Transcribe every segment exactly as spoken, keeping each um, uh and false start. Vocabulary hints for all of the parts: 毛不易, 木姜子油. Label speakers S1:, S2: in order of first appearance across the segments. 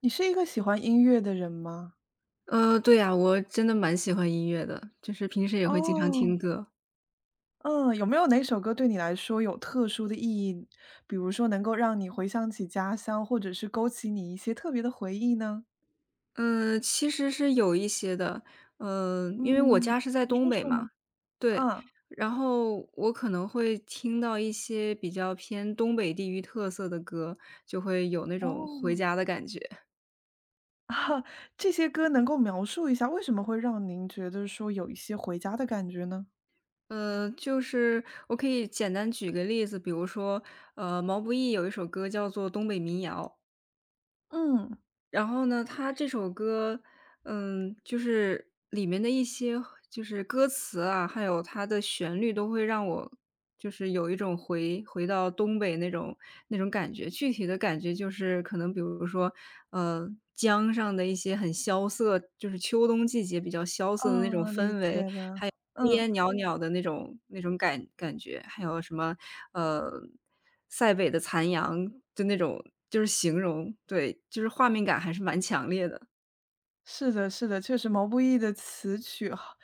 S1: 你是一个喜欢音乐的人吗？
S2: 呃，对呀，我真的蛮喜欢音乐的，就是平时也会经常听
S1: 哦。
S2: 歌。
S1: 嗯，有没有哪首歌对你来说有特殊的意义？比如说能够让你回想起家乡，或者是勾起你一些特别的回忆呢？
S2: 嗯，其实是有一些的，嗯，因为我
S1: 嗯，
S2: 家是在
S1: 你
S2: 东
S1: 说
S2: 北
S1: 说吗？
S2: 嘛，对，
S1: 嗯。
S2: 然后我可能会听到一些比较偏东北地域特色的歌，就会有那种回
S1: 哦。
S2: 家的感觉。
S1: 啊。这些歌能够描述一下为什么会让您觉得说有一些回家的感觉呢？
S2: 呃，就是我可以简单举个例子，比如说，呃，毛不易有一首歌叫做《东北民谣》。
S1: 嗯。
S2: 然后呢，他这首歌，嗯，就是里面的一些就是歌词啊，还有它的旋律都会让我就是有一种回回到东北那种那种感觉。具体的感觉就是可能比如说，呃，江上的一些很萧瑟，就是秋冬季节比较萧瑟的那种
S1: 啊，理
S2: 氛围，
S1: 解了，
S2: 炊
S1: 嗯。
S2: 烟袅袅的那种那种感感觉，还有什么，呃，塞北的残阳，就那种就是形容，对，就是画面感还是蛮强烈的。
S1: 是的，是的，确实毛不易的词曲哈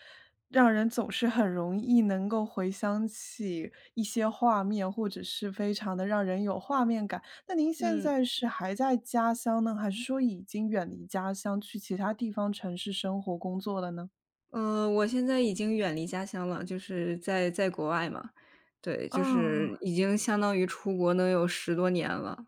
S1: 让人总是很容易能够回想起一些画面，或者是非常的让人有画面感。那您现
S2: 嗯，
S1: 在是还在家乡呢，还是说已经远离家乡，去其他地方城市生活工作了呢？
S2: 呃，我现在已经远离家乡了，就是在在国外嘛，对，就是
S1: 啊。
S2: 已经相当于出国能有十多年了，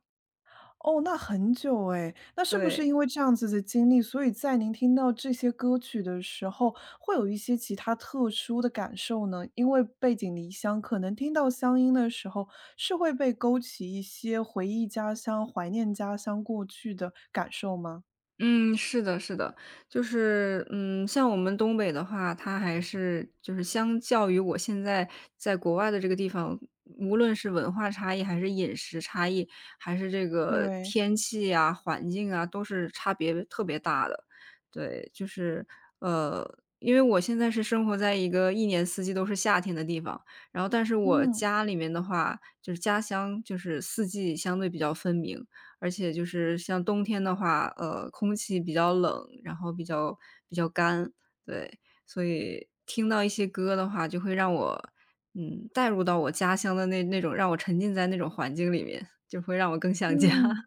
S1: 哦，那很久哎，那是不是因
S2: 对。
S1: 为这样子的经历，所以在您听到这些歌曲的时候，会有一些其他特殊的感受呢？因为背井离乡，可能听到乡音的时候，是会被勾起一些回忆家乡、怀念家乡过去的感受吗？
S2: 嗯，是的，是的，就是，嗯，像我们东北的话，它还是就是相较于我现在在国外的这个地方，无论是文化差异，还是饮食差异，还是这个
S1: 对。
S2: 天气啊、环境啊，都是差别特别大的。对，就是，呃，因为我现在是生活在一个一年四季都是夏天的地方，然后但是我
S1: 嗯
S2: 家里面的话，就是家乡就是四季相对比较分明。而且就是像冬天的话，呃，空气比较冷，然后比较比较干，对，所以听到一些歌的话，就会让我，嗯，带入到我家乡的那那种让我沉浸在那种环境里面，就会让我更想家，
S1: 嗯。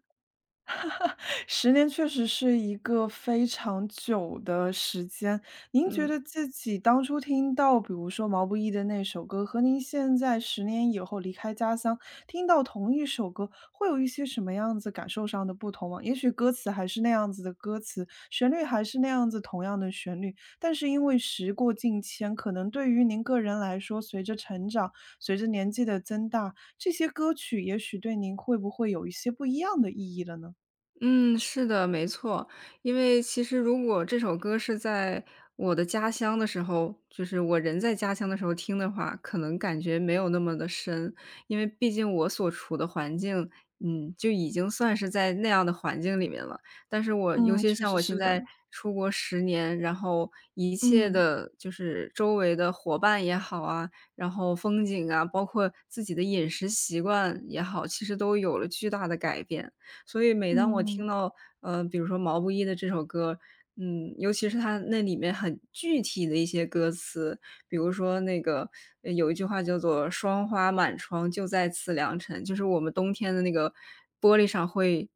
S1: 十年确实是一个非常久的时间。您觉
S2: 嗯。
S1: 得自己当初听到，比如说毛不易的那首歌，和您现在十年以后离开家乡，听到同一首歌，会有一些什么样子感受上的不同吗？也许歌词还是那样子的歌词，旋律还是那样子同样的旋律，但是因为时过境迁，可能对于您个人来说，随着成长，随着年纪的增大，这些歌曲也许对您会不会有一些不一样的意义了呢？
S2: 嗯，是的，没错。因为其实如果这首歌是在我的家乡的时候，就是我人在家乡的时候听的话，可能感觉没有那么的深。因为毕竟我所处的环境，嗯，就已经算是在那样的环境里面了。但是我尤
S1: 嗯，
S2: 其
S1: 确
S2: 像
S1: 实
S2: 我现
S1: 是的。
S2: 在出国十年，然后一切
S1: 嗯。
S2: 的就是周围的伙伴也好啊，然后风景啊，包括自己的饮食习惯也好，其实都有了巨大的改变。所以每当我听
S1: 嗯。
S2: 到，呃，比如说毛不易的这首歌，嗯，尤其是它那里面很具体的一些歌词，比如说那个呃有一句话叫做“霜花满窗就在此良辰”，就是我们冬天的那个玻璃上会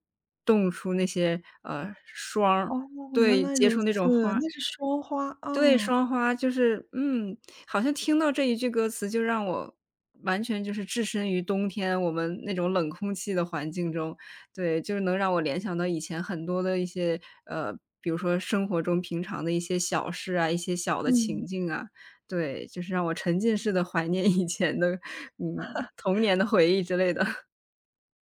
S2: 冻出那些呃霜儿，
S1: 哦，原
S2: 对，
S1: 来
S2: 结
S1: 如
S2: 出那种
S1: 此，
S2: 花。
S1: 那是说花，
S2: 对，
S1: 啊。
S2: 双花就是，嗯，好像听到这一句歌词就让我完全就是置身于冬天我们那种冷空气的环境中。对，就是能让我联想到以前很多的一些，呃，比如说生活中平常的一些小事啊，一些小的情
S1: 嗯。
S2: 境啊，对，就是让我沉浸式的怀念以前的，嗯，童年的回忆之类的。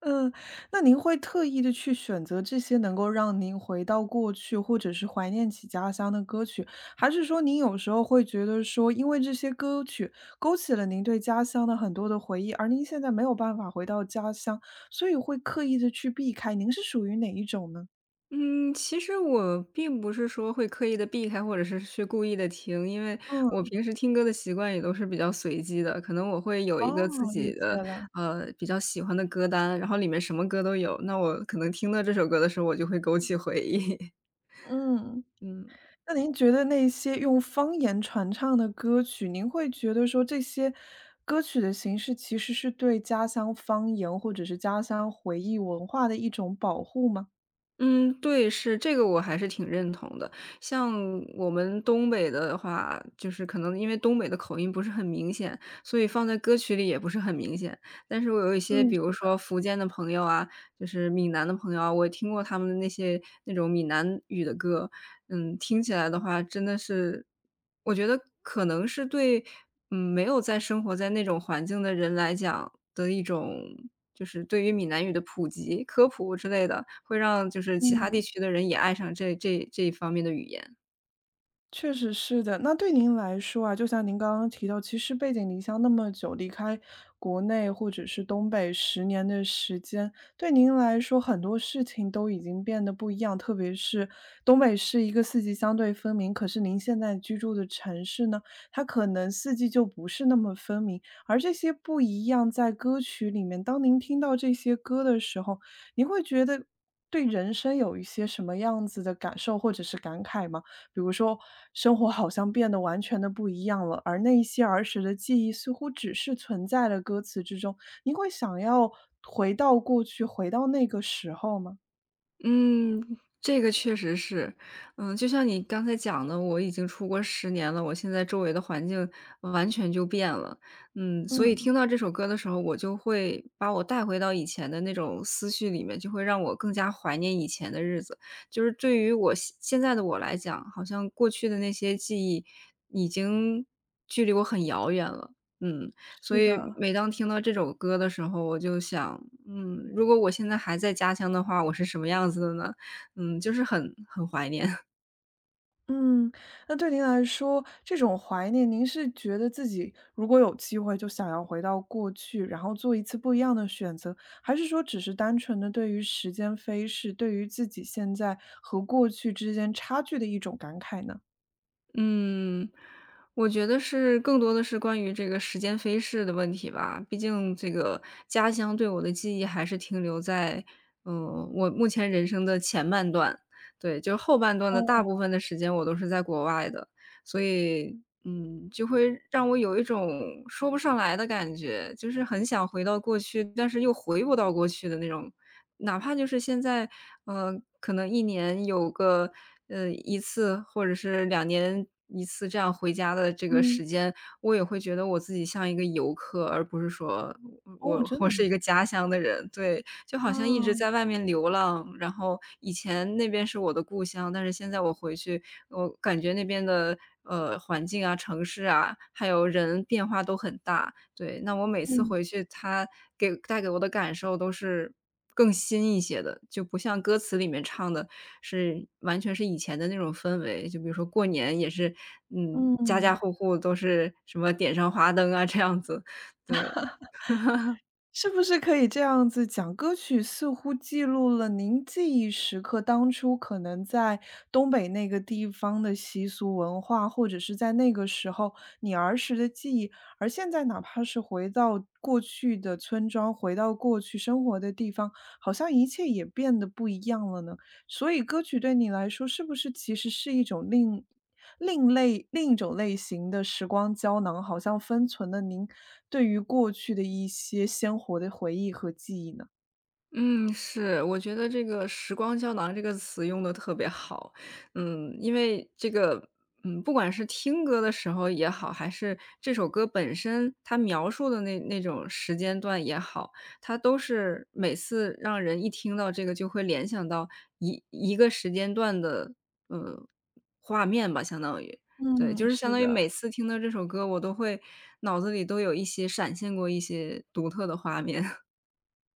S1: 嗯，那您会特意的去选择这些能够让您回到过去，或者是怀念起家乡的歌曲，还是说您有时候会觉得说，因为这些歌曲勾起了您对家乡的很多的回忆，而您现在没有办法回到家乡，所以会刻意的去避开，您是属于哪一种呢？
S2: 嗯，其实我并不是说会刻意的避开，或者是去故意的听，因为我
S1: 嗯。
S2: 平时听歌的习惯也都是比较随机的。可能我会有一个自
S1: 哦，理
S2: 己
S1: 解
S2: 的，
S1: 了，
S2: 呃，比较喜欢的歌单，然后里面什么歌都有，那我可能听到这首歌的时候，我就会勾起回忆，
S1: 嗯。
S2: 嗯。
S1: 那您觉得那些用方言传唱的歌曲，您会觉得说这些歌曲的形式其实是对家乡方言或者是家乡回忆文化的一种保护吗？
S2: 嗯，对，是，这个我还是挺认同的。像我们东北的话，就是可能因为东北的口音不是很明显，所以放在歌曲里也不是很明显。但是我有一些
S1: 嗯，
S2: 比如
S1: 是
S2: 说
S1: 的，
S2: 福建的朋友啊，就是闽南的朋友啊，我也听过他们的那些那种闽南语的歌，嗯，听起来的话真的是我觉得可能是对，嗯，没有在生活在那种环境的人来讲的一种就是对于闽南语的普及、科普之类的，会让就是其他地
S1: 嗯。
S2: 区的人也爱上这这这一方面的语言。
S1: 确实是的，那对您来说啊，就像您刚刚提到，其实背井离乡那么久，离开国内或者是东北十年的时间，对您来说很多事情都已经变得不一样。特别是东北是一个四季相对分明，可是您现在居住的城市呢，它可能四季就不是那么分明。而这些不一样，在歌曲里面，当您听到这些歌的时候，您会觉得对人生有一些什么样子的感受或者是感慨吗？比如说，生活好像变得完全的不一样了，而那一些儿时的记忆似乎只是存在了歌词之中。您会想要回到过去，回到那个时候吗？
S2: 嗯，这个确实是。嗯，就像你刚才讲的，我已经出国十年了，我现在周围的环境完全就变了。嗯，所以
S1: 嗯，
S2: 听到这首歌的时候，我就会把我带回到以前的那种思绪里面，就会让我更加怀念以前的日子。就是对于我现现在的我来讲，好像过去的那些记忆已经距离我很遥远了。嗯，所
S1: 是
S2: 以
S1: 的。
S2: 每当听到这首歌的时候，我就想，嗯，如果我现在还在家乡的话，我是什么样子的呢？嗯，就是很很怀念。
S1: 嗯，那对您来说，这种怀念，您是觉得自己如果有机会就想要回到过去，然后做一次不一样的选择，还是说只是单纯的对于时间飞逝，对于自己现在和过去之间差距的一种感慨呢？
S2: 嗯，我觉得是更多的是关于这个时间飞逝的问题吧。毕竟这个家乡对我的记忆还是停留在，嗯，我目前人生的前半段。对，就是后半段的
S1: 哦。
S2: 大部分的时间我都是在国外的，所以，嗯，就会让我有一种说不上来的感觉，就是很想回到过去，但是又回不到过去的那种哪怕就是现在，呃，可能一年有个，呃一次或者是两年一次这样回家的这个
S1: 嗯。
S2: 时间，我也会觉得我自己像一个游客，而不是说
S1: 哦，
S2: 我
S1: 真
S2: 我
S1: 的
S2: 是
S1: 吗？
S2: 一个家乡的人，对。就好像一直
S1: 啊。
S2: 在外面流浪。然后以前那边是我的故乡，但是现在我回去，我感觉那边的呃环境啊、城市啊，还有人变化都很大。对，那我每次
S1: 嗯。
S2: 回去，它给带给我的感受都是更新一些的，就不像歌词里面唱的是完全是以前的那种氛围。就比如说过年也是，嗯，家家
S1: 嗯。
S2: 户户都是什么点上花灯啊这样子，对。
S1: 是不是可以这样子讲，歌曲似乎记录了您记忆时刻，当初可能在东北那个地方的习俗文化，或者是在那个时候你儿时的记忆，而现在哪怕是回到过去的村庄，回到过去生活的地方，好像一切也变得不一样了呢？所以歌曲对你来说，是不是其实是一种另另类另一种类型的时光胶囊，好像封存了您对于过去的一些鲜活的回忆和记忆呢？
S2: 嗯，是，我觉得这个“时光胶囊”这个词用的特别好。嗯，因为这个，嗯，不管是听歌的时候也好，还是这首歌本身它描述的那那种时间段也好，它都是每次让人一听到这个就会联想到一一个时间段的，呃，画面吧，相当于。对，就
S1: 嗯，
S2: 是相
S1: 是
S2: 当于
S1: 的。
S2: 每次听到这首歌，我都会脑子里都有一些闪现过一些独特的画面。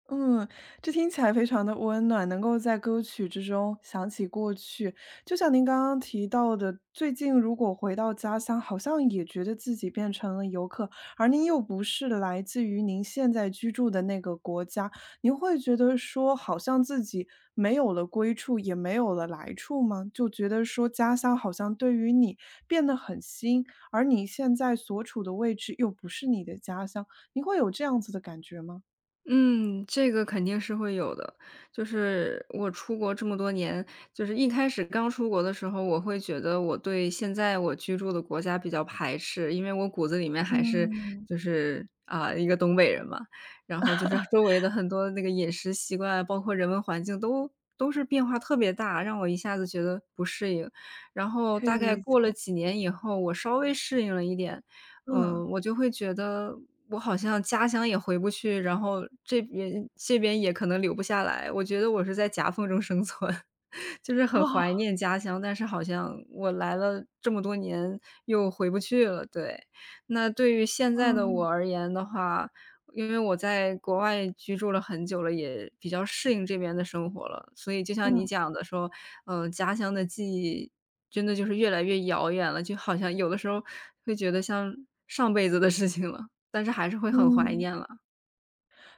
S1: 嗯，这听起来非常的温暖，能够在歌曲之中想起过去。就像您刚刚提到的，最近如果回到家乡，好像也觉得自己变成了游客，而您又不是来自于您现在居住的那个国家，您会觉得说，好像自己没有了归处，也没有了来处吗？就觉得说，家乡好像对于你变得很新，而你现在所处的位置又不是你的家乡，您会有这样子的感觉吗？
S2: 嗯，这个肯定是会有的。就是我出国这么多年，就是一开始刚出国的时候，我会觉得我对现在我居住的国家比较排斥，因为我骨子里面还是
S1: 嗯，
S2: 就是啊、一个东北人嘛，然后就是周围的很多那个饮食习惯啊，包括人文环境都都是变化特别大，让我一下子觉得不适应。然后
S1: 可以
S2: 大概
S1: 理
S2: 过了
S1: 解，
S2: 几年以后，我稍微适应了一点，
S1: 嗯，
S2: 嗯，我就会觉得我好像家乡也回不去，然后这边这边也可能留不下来。我觉得我是在夹缝中生存，就是很怀
S1: 啊，
S2: 念家乡，但是好像我来了这么多年又回不去了。对，那对于现在的
S1: 嗯，
S2: 我而言的话，因为我在国外居住了很久了，也比较适应这边的生活了，所以就像你
S1: 嗯，
S2: 讲的说，嗯，家乡的记忆真的就是越来越遥远了，就好像有的时候会觉得像上辈子的事情了，但是还是会很怀
S1: 嗯，
S2: 念了。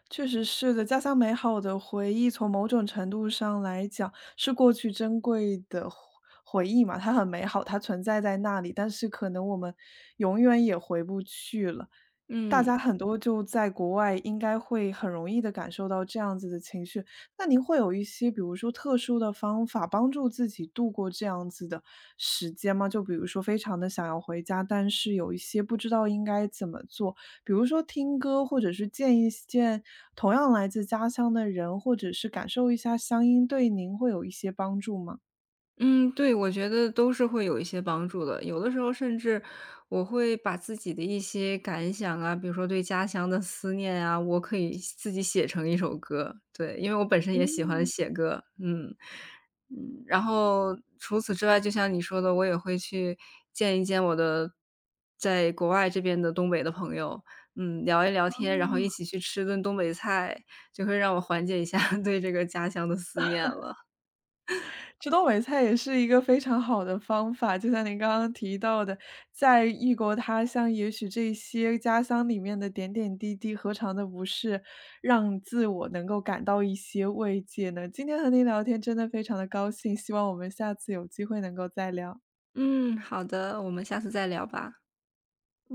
S1: 确实是的。家乡美好的回忆，从某种程度上来讲，是过去珍贵的回回忆嘛，它很美好，它存在在那里，但是可能我们永远也回不去了。大家
S2: 嗯。
S1: 很多就在国外，应该会很容易地感受到这样子的情绪。那您会有一些比如说特殊的方法帮助自己度过这样子的时间吗？就比如说非常的想要回家，但是有一些不知道应该怎么做，比如说听歌，或者是见一见同样来自家乡的人，或者是感受一下乡音，对您会有一些帮助吗？
S2: 嗯，对，我觉得都是会有一些帮助的。有的时候甚至我会把自己的一些感想啊，比如说对家乡的思念啊，我可以自己写成一首歌。对，因为我本身也喜欢
S1: 嗯。
S2: 写歌，嗯嗯。然后除此之外，就像你说的，我也会去见一见我的在国外这边的东北的朋友，嗯，聊一聊天，然后一起去吃顿东北菜，就会让我缓解一下 对这个家乡的思念了。
S1: 吃东北菜也是一个非常好的方法，就像您刚刚提到的，在异国他乡，也许这些家乡里面的点点滴滴，何尝的不是让自我能够感到一些慰藉呢？今天和您聊天真的非常的高兴，希望我们下次有机会能够再聊。
S2: 嗯，好的，我们下次再聊吧。